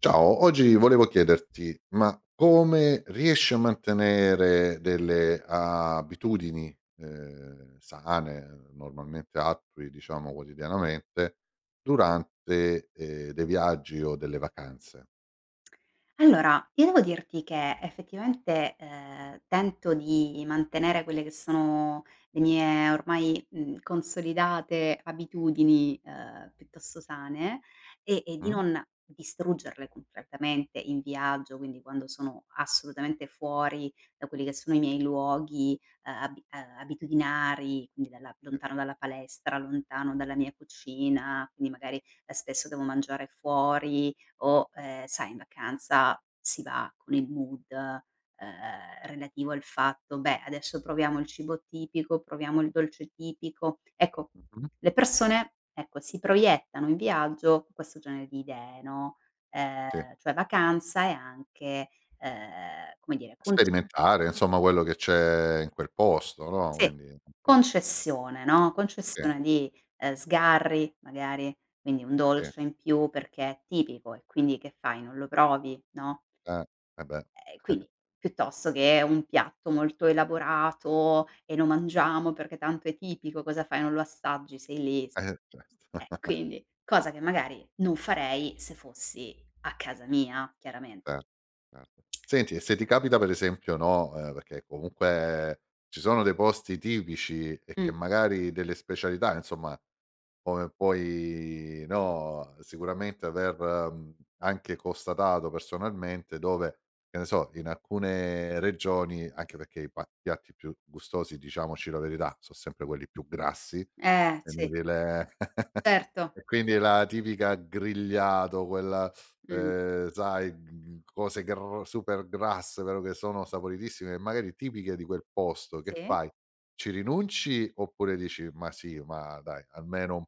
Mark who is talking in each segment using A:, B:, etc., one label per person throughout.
A: Ciao, oggi volevo chiederti, ma come riesci a mantenere delle abitudini, sane, normalmente attui, diciamo, quotidianamente, durante, dei viaggi o delle vacanze?
B: Allora, io devo dirti che effettivamente, tento di mantenere quelle che sono le mie ormai, consolidate abitudini, piuttosto sane e di
A: Mh,
B: non distruggerle completamente in viaggio, quindi quando sono assolutamente fuori da quelli che sono i miei luoghi, abitudinari, quindi dalla lontano dalla palestra, lontano dalla mia cucina, quindi magari, spesso devo mangiare fuori, o, sai in vacanza si va con il mood, relativo al fatto: "Beh, adesso proviamo il cibo tipico, proviamo il dolce tipico". Ecco,
A: mh-mh,
B: le persone, ecco, si proiettano in viaggio con questo genere di idee, no, ehm,
A: sì.
B: cioè vacanza e anche, come dire, conc
A: Sperimentare, insomma, quello che c'è in quel posto, no,
B: sì,
A: quindi sì,
B: concessione, no,
A: sì,
B: concessione di, sgarri magari, quindi un
A: sì,
B: dolce in più perché è tipico e quindi che fai, non lo provi, no?
A: eh, eh beh,
B: Quindi piuttosto che un piatto molto elaborato e lo mangiamo perché tanto è tipico, cosa fai, non lo assaggi, sei lì s
A: eh certo.
B: quindi cosa che magari non farei se fossi a casa mia chiaramente.
A: Certo, certo. Senti, e se ti capita per esempio, no, perché comunque ci sono dei posti tipici e che
B: Mh.
A: magari delle specialità, insomma, come puoi, no, sicuramente aver, anche constatato personalmente, dove, che ne so, in alcune regioni, anche perché i pa piatti più gustosi, diciamoci la verità, so' sempre quelli più grassi, è
B: Sì,
A: inutile.
B: certo.
A: E quindi la tipica grigliato, quella,
B: Mh,
A: sai, cose gr super grasse, però che sono saporitissime e magari tipiche di quel posto. Che
B: sì.
A: fai? Ci rinunci oppure dici: "Ma sì, ma dai, almeno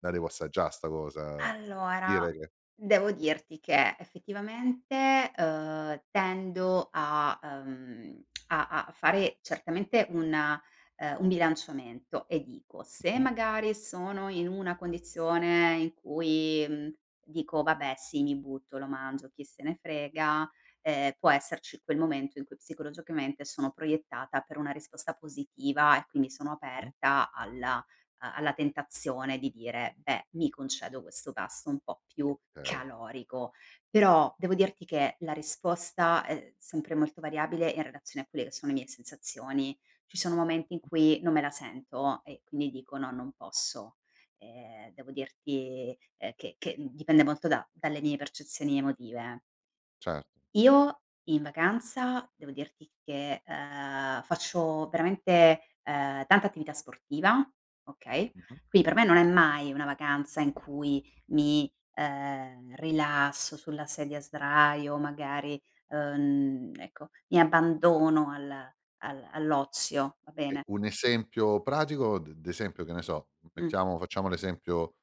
A: la devo assaggià 'sta cosa." Per
B: Allora,
A: dire che
B: devo dirti che effettivamente, tendo a fare certamente una un bilanciamento e dico: se
A: mh-mh,
B: magari sono in una condizione in cui, dico: "Vabbè sì, mi butto, lo mangio, chi se ne frega", può esserci quel momento in cui psicologicamente sono proiettata per una risposta positiva e quindi sono
A: mh,
B: aperta alla a alla tentazione di dire: "Beh, mi concedo questo pasto un po' più
A: okay,
B: calorico". Però devo dirti che la risposta è sempre molto variabile in relazione a quelle che sono le mie sensazioni. Ci sono momenti in cui non me la sento e quindi dico: "No, non posso". Devo dirti, che dipende molto da dalle mie percezioni emotive.
A: certo,
B: Io in vacanza devo dirti che, faccio veramente, tanta attività sportiva, okay,
A: mh-mh.
B: quindi per me non è mai una vacanza in cui mi, rilasso sulla sedia a sdraio, magari, ecco, mi abbandono al al all'ozio, va
A: E
B: bene?
A: un esempio pratico d'esempio, che ne so,
B: Mh,
A: mettiamo facciamo l'esempio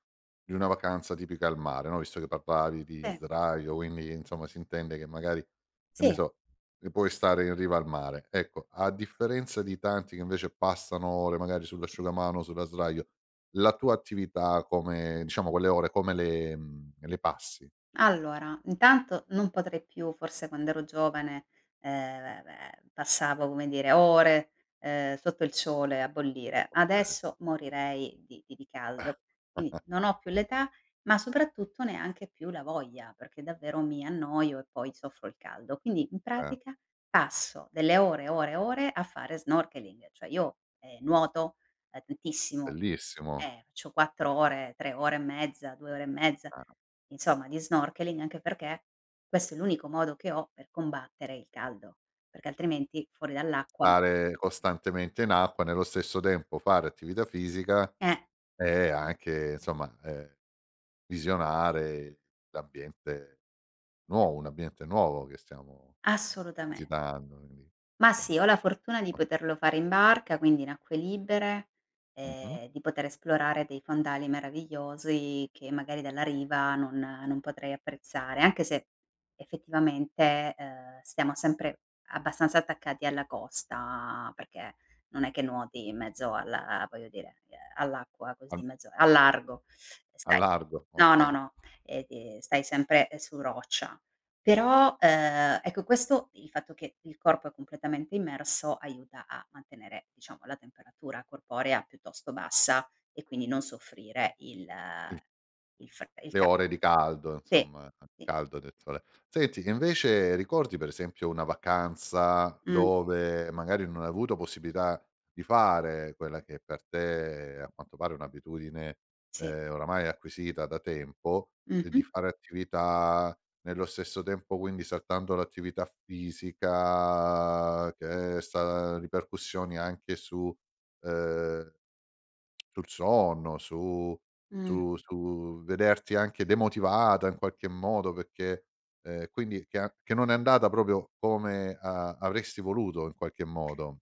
A: di una vacanza tipica al mare, no, visto che parlavi di
B: sì,
A: sdraio, quindi insomma si intende che magari, che ne
B: sì.
A: so, che puoi stare in riva al mare. Ecco, a differenza di tanti che invece passano ore magari sull'asciugamano, sulla sdraio, la tua attività come diciamo quelle ore come le le passi?
B: Allora, intanto non potrei più, forse quand'ero giovane, beh, passavo, come dire, ore, sotto il sole a bollire.
A: Eh.
B: Adesso morirei di caldo. Quindi non ho più l'età, ma soprattutto neanche più la voglia, perché davvero mi annoio e poi soffro il caldo. Quindi in
A: Eh,
B: pratica passo delle ore, ore, ore a fare snorkeling, cioè io, nuoto, tantissimo.
A: bellissimo.
B: Faccio
A: Eh,
B: 4 ore, 3 ore e mezza, 2 ore e mezza,
A: eh.
B: insomma di snorkeling, anche perché questo è l'unico modo che ho per combattere il caldo, perché altrimenti fuori dall'acqua
A: Stare costantemente in acqua, nello stesso tempo fare attività fisica
B: eh,
A: e anche insomma, visionare l'ambiente nuovo, un ambiente nuovo che stiamo
B: assolutame
A: visitando, quindi
B: Ma sì,
A: certo.
B: ho la fortuna di
A: No?
B: poterlo fare in barca, quindi in acque libere,
A: Mh-mh.
B: di poter esplorare dei fondali meravigliosi che magari dalla riva non potrei apprezzare, anche se effettivamente, stiamo sempre abbastanza attaccati alla costa, perché non è che nuoti in mezzo alla voglio dire, all'acqua così
A: Al
B: in mezzo al largo,
A: al
B: stai
A: largo,
B: no,
A: okay.
B: no, no, stai sempre, su roccia. Però, ecco questo il fatto che il corpo è completamente immerso aiuta a mantenere, diciamo, la temperatura corporea piuttosto bassa e quindi non soffrire il fre il
A: Le
B: ca
A: ore di caldo,
B: te
A: insomma,
B: Sì.
A: caldo del sole. Senti, e invece ricordi per esempio una vacanza
B: Mh,
A: dove magari non hai avuto possibilità di fare quella che per te è, a quanto pare è un'abitudine,
B: sì.
A: oramai acquisita da tempo, e di
B: Mh-mh.
A: fare attività nello stesso tempo, quindi saltando l'attività fisica che sta ripercussioni anche su, ehm sul sonno,
B: Mh.
A: su su vederti anche demotivata in qualche modo perché quindi che a che non è andata proprio come a avresti voluto in qualche modo.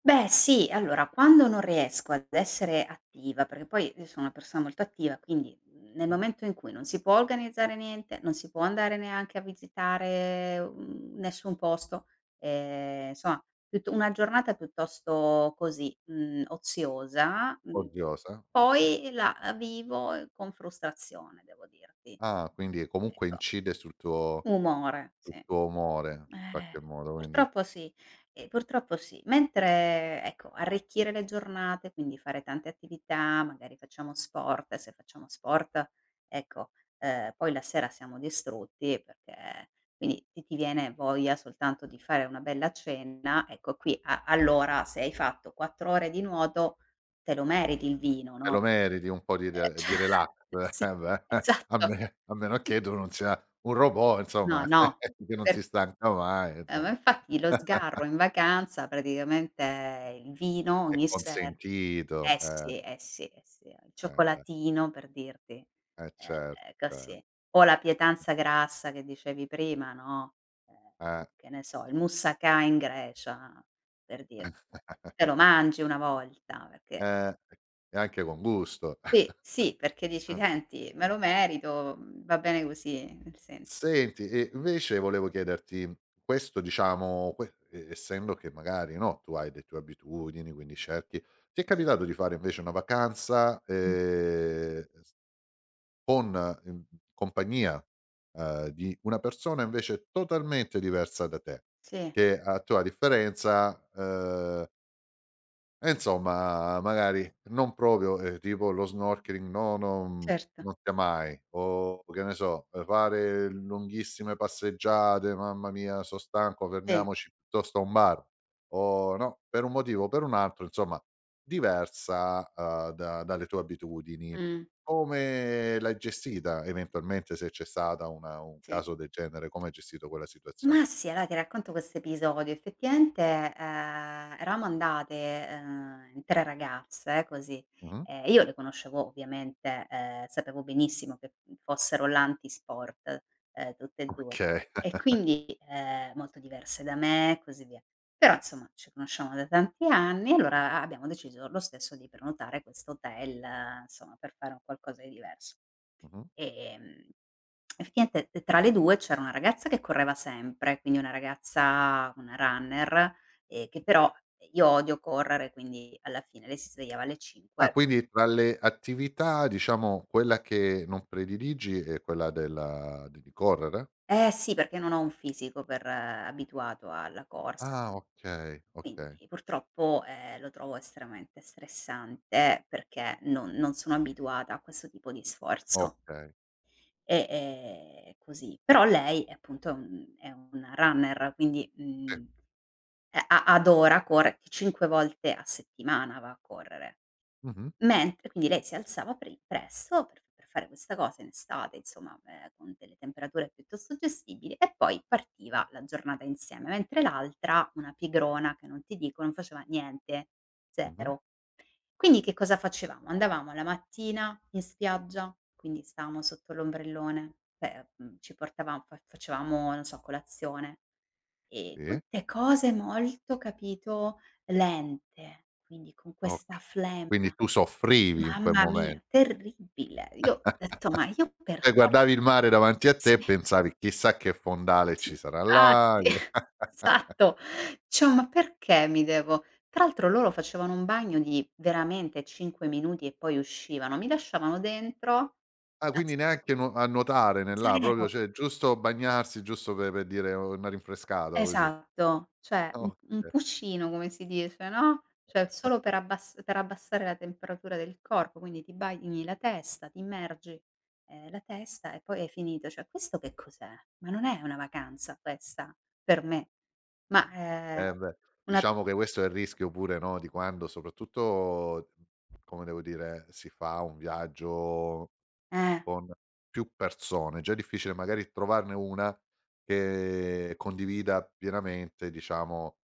B: Beh sì, allora quando non riesco ad essere attiva, perché poi io sono una persona molto attiva, quindi nel
A: Mh,
B: momento in cui non si può organizzare niente, non si può andare neanche a visitare, nessun posto, insomma piutt una giornata piuttosto così, oziosa,
A: odiosa? Okay.
B: poi la vivo con frustrazione devo dirti.
A: Ah, quindi comunque
B: Ecco,
A: incide
B: umore,
A: sul
B: sì.
A: tuo umore in
B: Eh,
A: qualche modo, quindi
B: purtroppo sì, purtroppo sì. Mentre, ecco, arricchire le giornate, quindi fare tante attività, magari facciamo sport, se facciamo sport, ecco, poi la sera siamo distrutti perché quindi ti viene voglia soltanto di fare una bella cena, ecco qui a allora se hai fatto 4 ore di nuoto te lo meriti il vino,
A: te
B: no,
A: lo meriti un po' di
B: ehm,
A: re di relax.
B: cioè sì,
A: Eh beh, a
B: esatto.
A: me a meno che tu non sia un robot
B: No,
A: insomma,
B: no,
A: che non
B: per
A: si stanca mai
B: eh, ma
A: insomma.
B: infatti lo sgarro in vacanza praticamente il vino
A: È
B: ogni sera
A: consentito,
B: eh
A: eh.
B: sì, eh sì, eh sì, il
A: Eh beh,
B: cioccolatino per dirti,
A: eh
B: ehm,
A: certo, cer
B: così. O la pietanza grassa che dicevi prima, no, ehm,
A: eh,
B: che ne so, il moussaka in Grecia, per dirti. Te lo mangi una volta perché
A: eh, e anche con gusto.
B: sì, sì, perché dici:
A: Eh beh.
B: "Senti, me lo merito, va bene così", nel senso.
A: Senti, e invece volevo chiederti, questo diciamo que e essendo che magari, no, tu hai le tue abitudini, quindi cerchi ti è capitato di fare invece una vacanza,
B: Mh.
A: s con in compagnia, di una persona invece totalmente diversa da te,
B: Sì,
A: che a tua differenza, ehm. E insomma, magari non proprio, tipo lo snorkeling no,
B: certo,
A: non sia mai, o che ne so, fare lunghissime passeggiate, "Mamma mia so' stanco,
B: sì,
A: fermiamoci piuttosto a un bar." O no, per un motivo o per un altro, insomma, diversa, da dalle tue abitudini.
B: mh,
A: Come l'hai gestita eventualmente, se c'è stata una un
B: sì.
A: caso del genere, come hai gestito quella situazione?
B: Ma sì, allora ti racconto questo episodio. Effettivamente, eravamo andate, 3 ragazze così,
A: Mh-mh.
B: io le conoscevo ovviamente, sapevo benissimo che fossero l'antisport, tutte e 2
A: Okay.
B: e quindi, molto diverse da me e così via. Però insomma ci conosciamo da tanti anni e allora abbiamo deciso lo stesso di prenotare questo hotel, insomma, per fare un qualcosa di diverso.
A: Mh-mh.
B: Ehm, Effettivamente t tra le 2 c'era una ragazza che correva sempre, quindi una ragazza una runner, che però io odio correre, quindi alla fine lei si svegliava alle
A: Ah,
B: 5
A: quindi tra le attività, diciamo, quella che non prediligi è quella della di correre?
B: eh Sì, perché non ho un fisico per abituato alla corsa,
A: Ah, okay,
B: quindi
A: okay,
B: purtroppo, lo trovo estremamente stressante perché non sono abituata a questo tipo di sforzo.
A: okay.
B: E, così. Però lei è appunto è una runner, quindi, e a adora corre 5 volte a settimana va a correre.
A: Mh-mh,
B: Mentre quindi lei si alzava presto per fare questa cosa in estate, insomma, con delle temperature piuttosto gestibili e poi partiva la giornata insieme, mentre l'altra, una pigrona che non ti dico, non faceva niente,
A: mh-mh,
B: 0. Quindi che cosa facevamo? Andavamo la mattina in spiaggia, quindi stavamo sotto l'ombrellone, beh, ci portavavam fa facevamo, non so, colazione e
A: sì,
B: tutte cose molto, capito, lente, quindi con questa
A: okay.
B: flemma.
A: Quindi tu soffrivi in quel
B: Mamma mia,
A: momento.
B: terribile. Io ho detto: "Ma io
A: Cioè
B: perché?"
A: guardavi il mare davanti a te
B: Sì.
A: e pensavi: "Chissà che fondale
B: Sì,
A: ci sarà là".
B: infatti, esatto. Dicevo: "Ma perché mi devo" tra l'altro loro facevano un bagno di veramente 5 minuti e poi uscivano, mi lasciavano dentro
A: Ah,
B: da
A: quindi
B: s
A: neanche nuotare nell'a proprio,
B: 0.
A: cioè giusto bagnarsi, giusto pe per dire: "Oh, una rinfrescata", così.
B: Esatto, cioè un
A: Okay.
B: puccino come si dice, no, cioè solo per abbassare la temperatura del corpo, quindi ti bagni la testa, ti immergi, la testa e poi hai finito. Cioè questo che cos'è? Ma non è una vacanza questa per me, ma, ehm,
A: Eh beh,
B: una
A: diciamo che questo è il rischio pure, no, di quando soprattutto, come devo dire, si fa un viaggio
B: eh,
A: con più persone, è già è difficile magari trovarne una che condivida pienamente diciamo,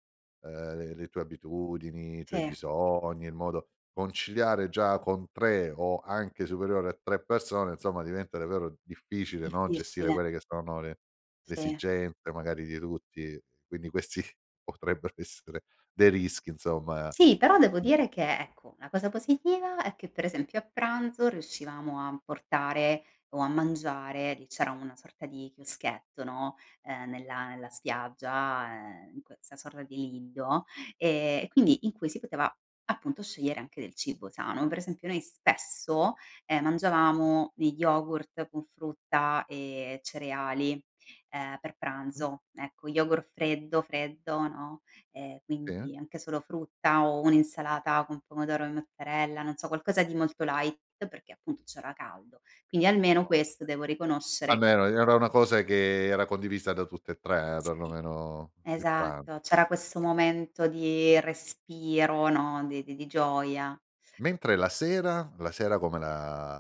A: ehm, le tue abitudini, i tuoi
B: sì,
A: bisogni, il modo conciliare già con 3 o anche superiore a 3 persone insomma diventa davvero difficile, no, gestire
B: difficile,
A: quelle che sono le
B: sì.
A: esigenze magari di tutti, quindi questi potrebbero essere dei rischi insomma.
B: Sì, però devo dire che, ecco, la cosa positiva è che per esempio a pranzo riuscivamo a portare o a mangiare, lì c'era una sorta di chioschetto, no, nella spiaggia, in questa sorta di lido, e quindi in cui si poteva appunto scegliere anche del cibo sano. Per esempio noi spesso, mangiavamo gli yogurt con frutta e cereali, per
A: Mh,
B: pranzo. Ecco, yogurt freddo, freddo, no.
A: sì, eh?
B: Quindi anche solo frutta o un'insalata con pomodoro e mozzarella, non so, qualcosa di molto light perché appunto c'era caldo. Quindi almeno
A: No.
B: questo devo riconoscere
A: Almeno era una cosa che era condivisa da tutte e 3
B: sì,
A: perlomeno il pran
B: esatto,
A: no,
B: c'era questo
A: sì.
B: momento di respiro, no, di gioia.
A: Mentre la sera come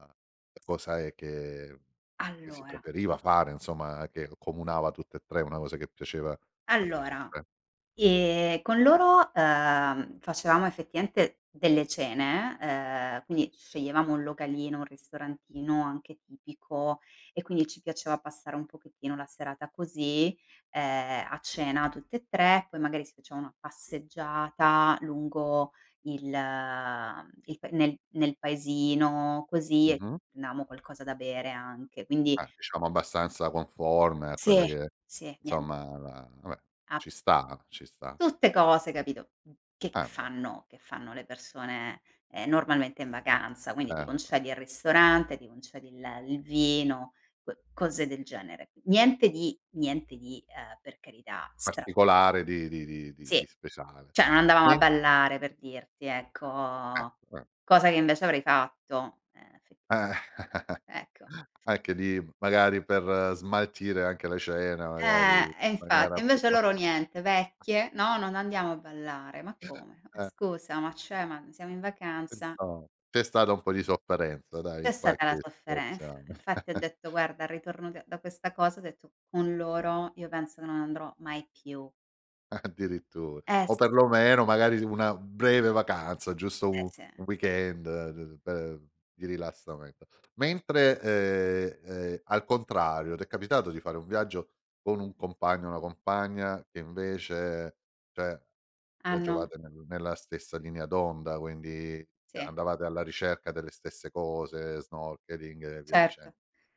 A: la cosa è che si
B: Allora,
A: preferiva fare, insomma, che accomunava tutte e 3, una cosa che piaceva a tutte e
B: allora,
A: 3?
B: Con loro, facevamo effettivamente delle cene, quindi sceglievamo un localino, un ristorantino anche tipico e quindi ci piaceva passare un pochettino la serata così, a cena tutte e 3, poi magari si faceva una passeggiata lungo il mhmm, il pa nel nel paesino così e
A: Mh-mh.
B: prendevamo qualcosa da bere anche. Quindi
A: Ah, diciamo abbastanza conforme a quella
B: sì,
A: che
B: sì, nien
A: insomma la vabbè,
B: app
A: ci sta, ci sta.
B: tutte cose, capito, che
A: Eh beh,
B: fanno che fanno le persone, normalmente in vacanza, quindi ti
A: certo.
B: concedi il ristorante, ti concedi il vino, co cose del genere. Niente di niente di, per carità, stra
A: Particolare di
B: sì,
A: speciale.
B: cioè non andavamo a
A: Men
B: ballare per dirti, ecco,
A: eh, eh.
B: cosa che invece avrei fatto, effettiv
A: Eh.
B: ecco.
A: Anche lì magari per smaltire anche la cena, magari in
B: E
A: maniera
B: infatti,
A: più
B: invece loro niente, vecchie: "No, non andiamo a ballare." Ma come? Ma
A: eh,
B: scusa, ma cioè, ma siamo in vacanza?
A: insomma, c'è stata un po' di sofferenza dai,
B: C'è
A: in
B: stata la
A: qualche
B: sofferenza.
A: situazione.
B: Infatti ho detto: "Guarda, al ritorno da questa cosa", ho detto: "Con loro io penso che non andrò mai più".
A: Addirittura.
B: Eh
A: O
B: sì,
A: perlomeno magari una breve vacanza, giusto
B: eh
A: u
B: sì.
A: un weekend, d per di rilassamento. Mentre, al contrario, t'è capitato di fare un viaggio con un compagno o una compagna che invece cioè,
B: Hanno
A: viaggiavate nella stessa linea d'onda, quindi
B: Sì.
A: andavate alla ricerca delle stesse cose, snorkeling e via dicen.
B: Certo.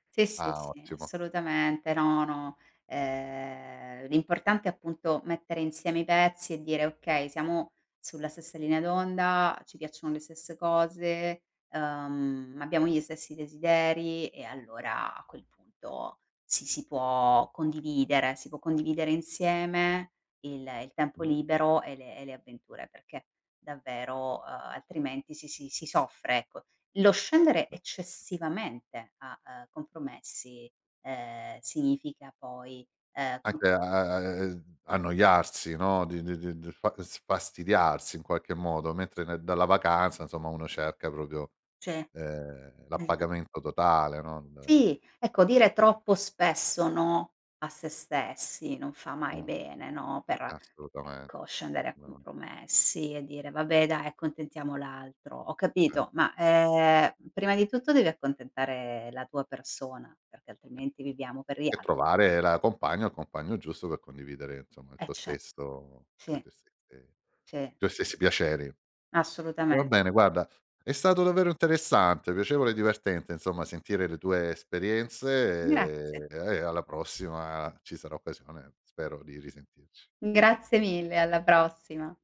B: Sì, sì,
A: Ah,
B: sì,
A: ottimo.
B: assolutamente. No, no, l'importante è appunto mettere insieme i pezzi e dire: "Okay, siamo sulla stessa linea d'onda, ci piacciono le stesse cose, abbiamo gli stessi desideri" e allora a quel punto si può condividere, si può condividere insieme il tempo
A: Mh.
B: libero e le avventure, perché davvero, altrimenti si soffre, ecco. Lo scendere eccessivamente a, compromessi, significa poi, co
A: Anche a a a annoiarsi, no, di fa sfastidiarsi in qualche modo, mentre ne dalla vacanza, insomma, uno cerca proprio,
B: cioè esa
A: l'appagamento totale, no, il
B: sì, ecco dire troppo spesso no a se stessi non fa mai
A: mh,
B: bene, no, per,
A: assolutamen
B: ecco, scendere a
A: no,
B: compromessi e dire: "Vabbè dai, accontentiamo l'altro". Ho
A: eh,
B: capito, ma, prima di tutto devi accontentare la tua persona, perché altrimenti
A: eh.
B: viviamo per gli
A: E
B: al
A: trovare la compagna o il compagno giusto per condividere, insomma, il tuo
B: cer
A: stesso
B: sì,
A: le tue stesse
B: sì,
A: i tuoi stessi piaceri. Va
B: assolutamente.
A: bene, guarda, è stato davvero interessante, piacevole e divertente, insomma, sentire le tue
B: Grazie.
A: esperienze e alla prossima ci sarà occasione, spero, di risentirci.
B: Grazie mille, alla prossima.